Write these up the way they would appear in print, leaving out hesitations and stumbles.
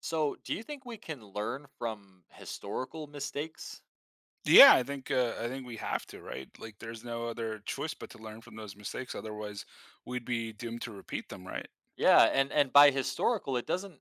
So, do you think we can learn from historical mistakes? Yeah, I think we have to, right? Like, there's no other choice but to learn from those mistakes. Otherwise, we'd be doomed to repeat them, right? Yeah, and by historical, it doesn't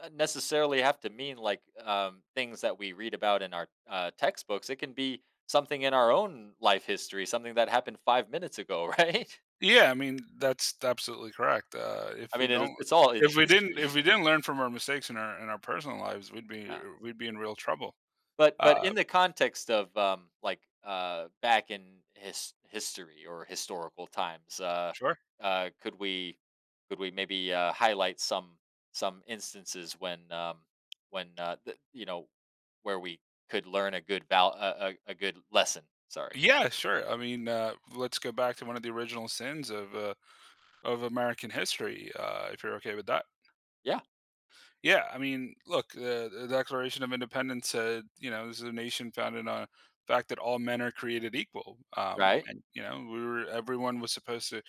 necessarily have to mean like things that we read about in our textbooks. It can be something in our own life history, something that happened 5 minutes ago, right? Yeah, I mean that's absolutely correct. I mean, it's all in history. If we didn't learn from our mistakes in our personal lives, we'd be in real trouble. But Uh, in the context of, like, back in his history or historical times, sure. uh, could we could we maybe, highlight some instances when, the you know, where we could learn a good val a good lesson, sorry. Yeah, sure. I mean, let's go back to one of the original sins of American history, if you're okay with that. Yeah, Yeah, I mean, look, the Declaration of Independence said, you know, this is a nation founded on the fact that all men are created equal. Right? And you know, we were everyone was supposed to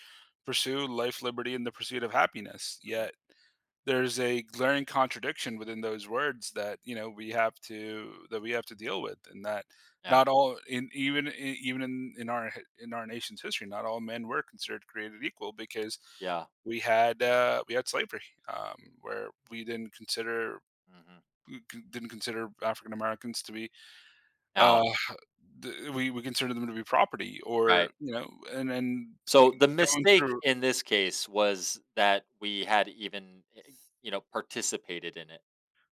pursue life, liberty, and the pursuit of happiness. Mhm, Yet there's a glaring contradiction within those words that you know we have to that we have to deal with, and that yeah, not all even in our in our nation's history, not all men were considered created equal, because yeah, we had slavery, um, where we didn't consider mhm. Didn't consider African Americans to be Now, uh, mm, we considered them to be property, or right. you know, and y- So, the going mistake through in this case was that we had even participated in it.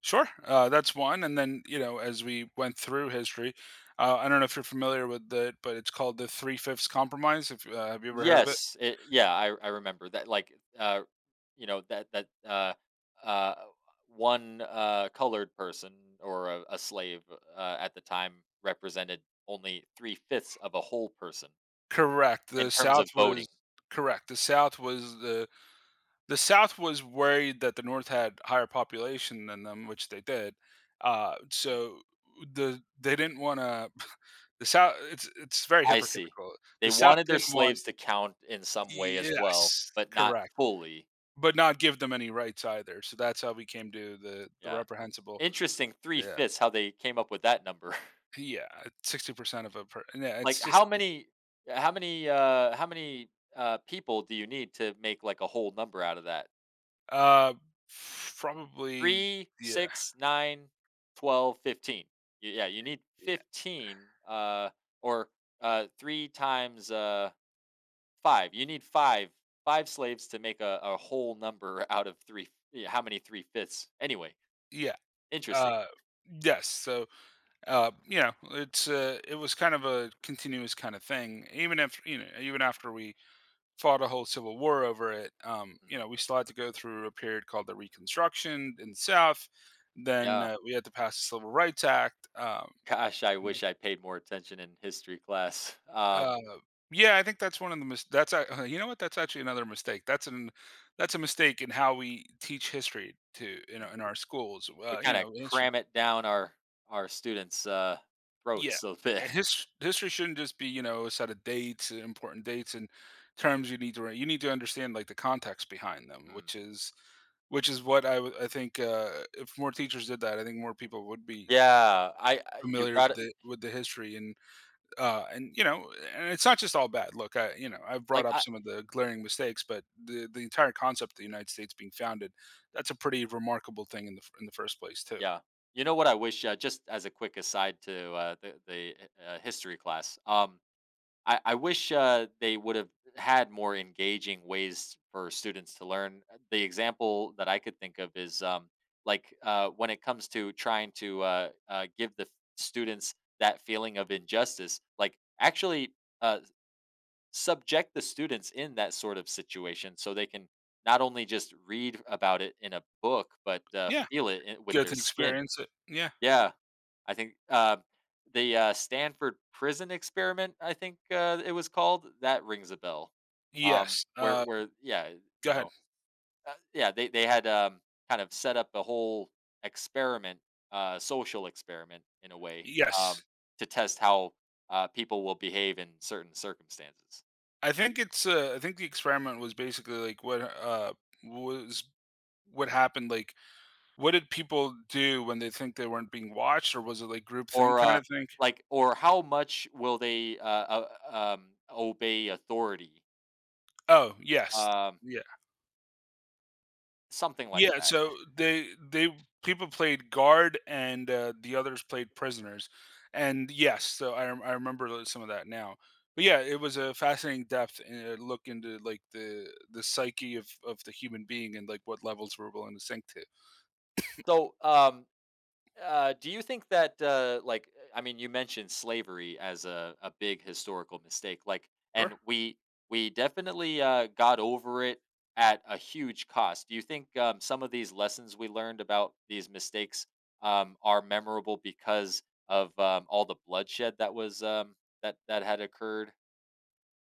Sure, that's one. And then, you know, as we went through history, I don't know if you're familiar with it, but it's called the Three Fifths Compromise. If have you ever heard of it? Yes, yeah, I remember that. Like, uh, you know that uh, one colored person or a slave at the time represented only three-fifths of a whole person Correct. in terms of voting. The South was the South was worried that the North had higher population than them, which they did. Uh, Mm, so the they didn't want to. The South. It's very I see. hypocritical. They The South wanted their didn't want. slaves to count in some way as well, Yes, but not correct. fully. But not give them any rights either, so that's how we came to the Yeah, reprehensible. interesting. Three Yeah, fifths. How they came up with that number. yeah, 60% of a per yeah, Like, it's just, how many people do you need to make, like, a whole number out of that? uh, probably 3, yeah, 6, 9, 12, 15. Y yeah, you need yeah, 15, or, 3 times, 5. You need 5 slaves to make a whole number out of 3, yeah, how many 3 5 anyway, yeah, interesting. uh, yes, so, you know, it's, it was kind of a continuous kinda thing, even if, you know, even after we fought a whole civil war over it, you Mhm. know, we still had to go through a period called the Reconstruction in the South, then, Yeah. We had to pass the Civil Rights Act. Gosh, I wish I paid more attention in history class. Uh, yeah, I think that's one of the mis that's a you know what? That's actually another mistake. That's a mistake in how we teach history to in our mm. in our schools. We You kinda know, history. cram it down our students', Yeah. throats a And bit. History shouldn't just be, you know, a set of dates, and important dates and terms you need to you need to understand, like the context behind them, Mm. which is what I think, if more teachers did that, I think more people would be Yeah, I you familiar with gotta the history. And you know, and it's not just all bad. Look, I you know, I've brought like, up I some of the glaring mistakes, but the entire concept of the United States being founded, that's a pretty remarkable thing in the in the first place too. yeah. You know what I wish, just as a quick aside to, the history class, I wish, they would've had more engaging ways for students to learn. The example that I could think of is, like, when it comes to trying to, give the students that feeling of injustice, like, actually, uh subject the students in that sort of situation so they can not only just read about it in a book, but Yeah, feel it in, with good their to skin. experience it. Yeah. Yeah, I think the Stanford prison experiment, I think it was called, that rings a bell. Yes. Yeah, Go you ahead. know, yeah, they had kind of set up a whole experiment, social experiment in a way, um, Yes, to test how people will behave in certain circumstances. I think it's. I think the experiment was basically like was what happened. Like, what did people do when they think they weren't being watched, or was it like group thing Or, kind of thing? like, or how much will they, obey authority? Oh, yes. Um, Yeah. something like Yeah, that. so they people played guard and, the others played prisoners, and yes, so I remember li some of that now. But yeah, it was a fascinating depth and a look into, like, the psyche of the human being and, like, what levels we're willing to sink to. So, do you think that, like, I mean, you mentioned slavery as a big historical mistake, like, and Sure. we definitely, got over it at a huge cost. Do you think, some of these lessons we learned about these mistakes, are memorable because of, all the bloodshed that was, that had occurred?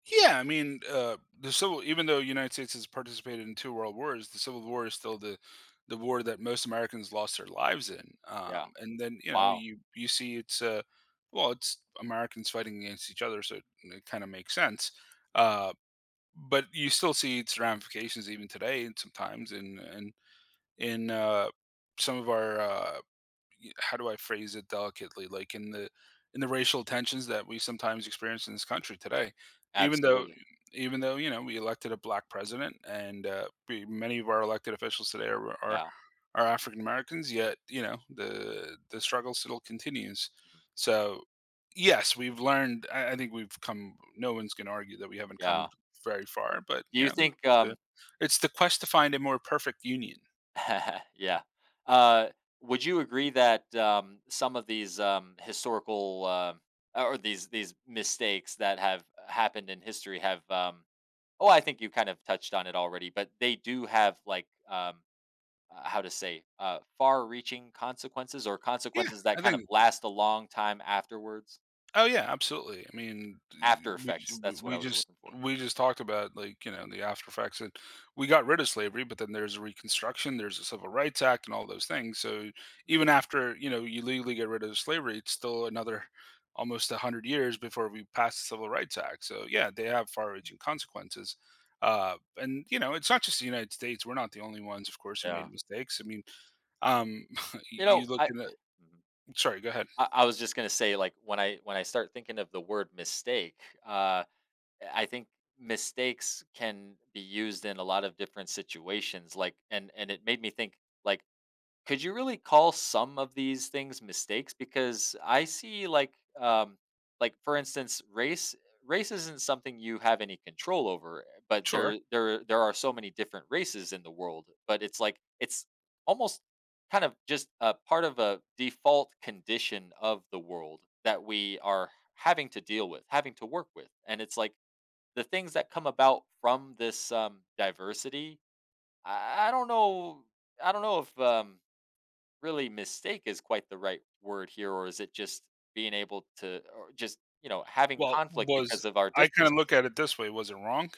Yeah, I mean, the civil even though the United States has participated in two world wars, the Civil War is still the war that most Americans lost their lives in. Yeah. And then you know Wow. You see it's well, it's Americans fighting against each other, so it kind of makes sense. Mhm. Uh, but you still see its ramifications even today, and sometimes in and in in some of our how do I phrase it delicately? Like in the racial tensions that we sometimes experience in this country today, even though Absolutely. even though you know we elected a black president, and we, many of our elected officials today are, Yeah. are African Americans, yet you know the struggle still continues. Mhm. So yes, we've learned. I think we've come. No one's going to argue that we haven't Yeah. come very far, but Do you you know. think, The, it's the quest to find a more perfect union. yeah. Uh, would you agree that, some of these, historical, or these mistakes that have happened in history have, oh, I think you kind of touched on it already, but they do have, like, how to say, far-reaching consequences or Yeah, consequences I that kind of think last a long time afterwards? Oh yeah, absolutely. I mean, After we effects, that's what I we was just looking for. we just talked about, like you know, the after effects, and we got rid of slavery, but then there's a Reconstruction, there's a Civil Rights Act, and all those things. So Mhm. even after you know you legally get rid of slavery, it's still another almost a hundred years before we pass the Civil Rights Act. So yeah, they have Mm. far-reaching consequences. And you know, it's not just the United States. We're not the only ones, of course, who Yeah. made mistakes. I mean, um, You you know, look I at mhm. sorry, go ahead. I was just gonna say, like when I start thinking of the word mistake, uh, I think mistakes can be used in a lot of different situations. Like, and it made me think, like, could you really call some of these things mistakes, because I see like for instance race isn't something you have any control over, but Sure. there are so many different races in the world, but it's like it's almost kind of just a part of a default condition of the world that we are having to deal with, having to work with, and it's like the things that come about from this diversity, I don't know, I don't know if really mistake is quite the right word here, or is it just being able to, or just, you know, having Well, conflict was because of our I kinda differences? look at it this way: was it wrong?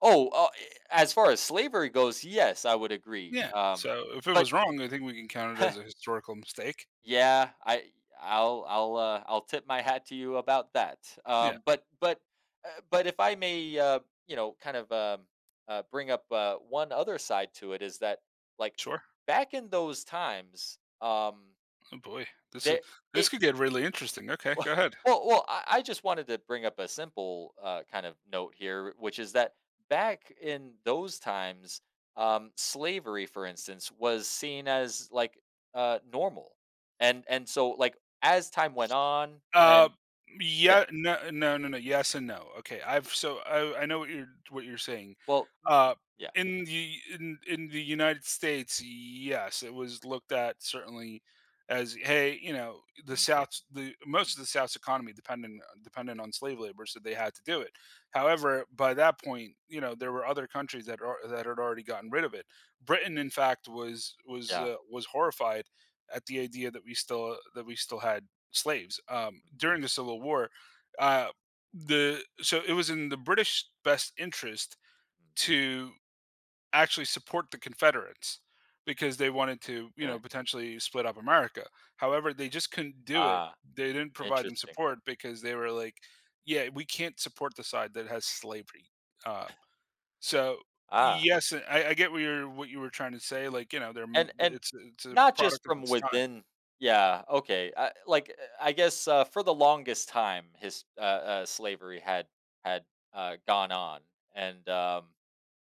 Oh, as far as slavery goes, yes, I would agree. Yeah, so if it But was wrong, I think we can count it as a historical mistake. yeah, I I'll tip my hat to you about that. Yeah, Um, but but but if I may, you know, kind of bring up one other side to it, is that like sure. back in those times, Oh boy, there. this It, could get really interesting. Okay, well, go ahead. well, I just wanted to bring up a simple kind of note here, which is that back in those times, slavery, for instance, was seen as like normal, and so like, as time went on, Uh, and yeah, yeah, no, no, no, no. Yes and no. Okay, I know what you're saying. well, mm, Uh, yeah, in the United States, yes, it was looked at certainly as, hey, you know, the mm, South, the most of the South's economy dependent on slave labor, so they had to do it. However, by that point, you know, there were other countries that had already gotten rid of it. Britain, in fact, yeah, was horrified at the idea that we still had slaves mm, during the Civil War. Uh, the so it was in the British best interest mm, to actually support the Confederates, because they wanted to, you yeah, know, potentially split up America. However, they just couldn't do it. ah, They didn't provide them interesting, support because they were like, yeah, we can't support the side that has slavery. Uh, so ah. yes, I get what you were trying to say. Like, you know, And it's a not just product of from its time. within. Yeah, okay. I like, I guess, for the longest time, his slavery had had, gone on, and,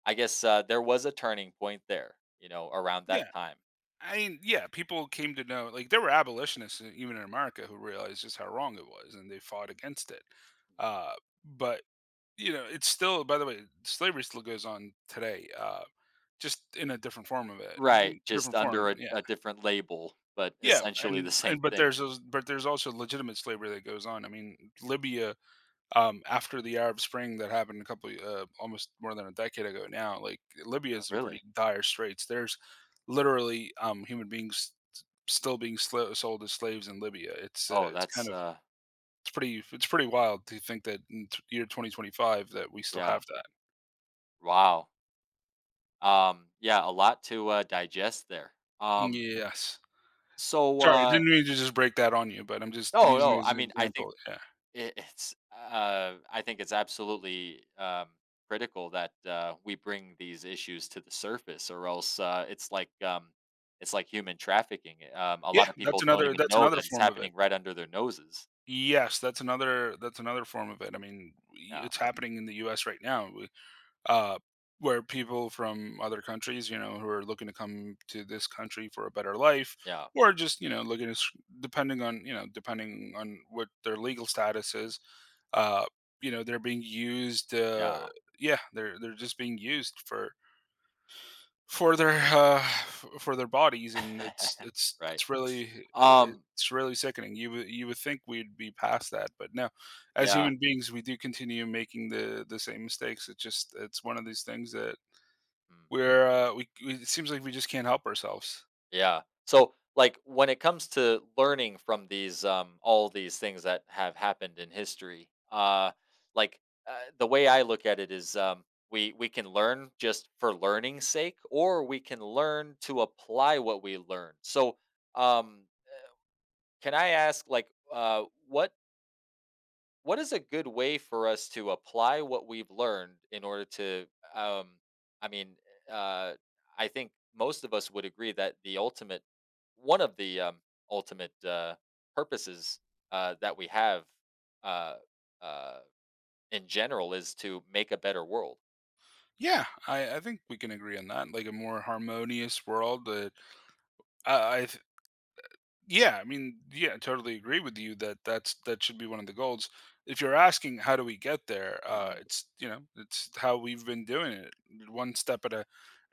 I guess, there was a turning point there, you know, around that Yeah. time. I mean, yeah, people came to know, like there were abolitionists in, even in America, who realized just how wrong it was, and they fought against it. Mhm. Uh, but you know, it's still. By the way, slavery still goes on today, just in a different form of it, Right, just different form. under a Yeah, a different label, but yeah, essentially and the same and but thing. there's those, but there's also legitimate slavery that goes on. I mean, Libya after the Arab Spring that happened a couple, almost more than a decade ago now, like Libya Oh, is in pretty really? dire straits. There's literally human beings sold as slaves in Libya. Oh, It's that's, kind of it's pretty wild to think that in year 2025 that we still yeah. have that. Wow. Yeah, a lot to, digest there. Um, Yes. so, Sorry, I uh didn't mean to just break that on you, but I'm just No, using it no, as I an mean, I think example. Yeah. it, it's I think it's absolutely critical that we bring these issues to the surface, or else it's like human trafficking. A Yeah, lot of people don't even that's know another that it's form of it. happening right under their noses. Yes, that's another form of it. I mean, Yeah, it's happening in the U.S. right now. uh, where people from other countries, you know, who are looking to come to this country for a better life, yeah, or just you know looking to depending on you know depending on what their legal status mhm, is, uh, you know, they're being used. Yeah. They're just being used for for their bodies, and it's it's right. it's really Um, sickening. You would think we'd be past that, but no. As yeah. human beings, we do continue making the same mistakes. It's just it's one of these things that Mm. We it seems like we just can't help ourselves. Yeah. So like when it comes to learning from these all these things that have happened in history, like, the way I look at it is, we can learn just for learning's sake, or we can learn to apply what we learn. So um can I ask like what is a good way for us to apply what we've learned in order to um i mean uh I think most of us would agree that the ultimate, one of the ultimate purposes that we have, uh uh in general, is to make a better world. Yeah, I think we can agree on that, like, a more harmonious world that I yeah, I mean, yeah, I totally agree with you that that should be one of the goals. If you're asking how do we get there, Hmm, it's you know it's how we've been doing it, one step at a.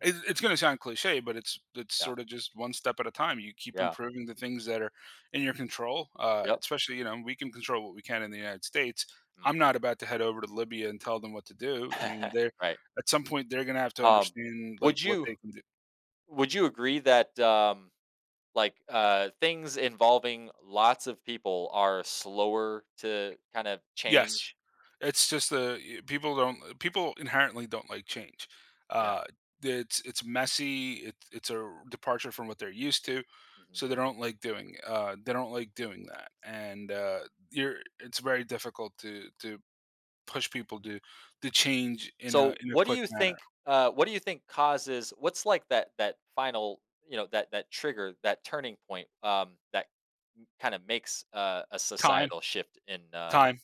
It, it's going to sound cliche, but it's yeah, sort of just one step at a time. You keep yeah, improving the things that are in your control. Yep, Especially you know we can control what we can in the United States. I'm not about to head over to Libya and tell them what to do. I mm. mean, they're right. at some point they're going to have to um understand like would what you, they can. would you agree that like things involving lots of people are slower to kind of Yes. change. It's just the people don't people inherently don't like change. Yeah, Uh, it's messy. It's a departure from what they're used to, hmm. so they don't like doing they don't like doing that. And you're it's very difficult to push people to change in a So what do quick you manner. think, what do you think causes, what's like that that final, you know, that that trigger, that turning point, that kind of makes, a Time, societal shift in time,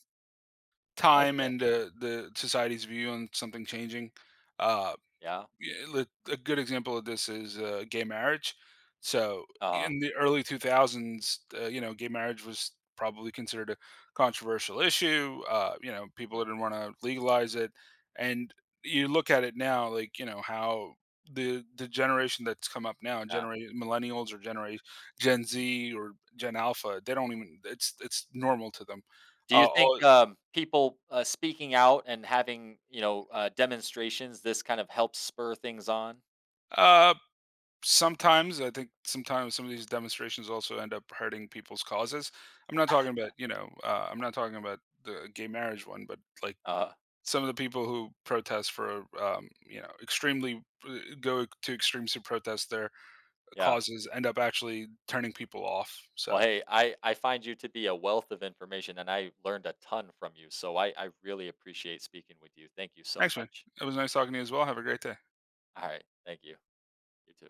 time, okay, and the society's view on something changing. Uh, yeah, Yeah, a good example of this is gay marriage. So uh in the early 2000s, you know, gay marriage was probably considered a controversial issue. You know, people mm, didn't want to legalize it, and you look at it now, like you know how the generation that's come up now, yeah, generate millennials or generation mhm. Gen Z or Gen Alpha, they don't even it's normal to them. Do you Uh, think, all, people, speaking out and having, you know, demonstrations, this kind of helps spur things on? uh, sometimes I think sometimes some of these demonstrations also end up hurting people's causes. I'm not talking about you know I'm not talking about the gay marriage one, but like uh, some of the people who protest for you know extremely go to extremes to protest their yeah. causes end up actually turning people off. So Well, hey, I find you to be a wealth of information and I learned a ton from you. So I really appreciate speaking with you. Thank you so thanks, man. much. It was nice talking to you as well. Have a great day. All right. Thank you. You too.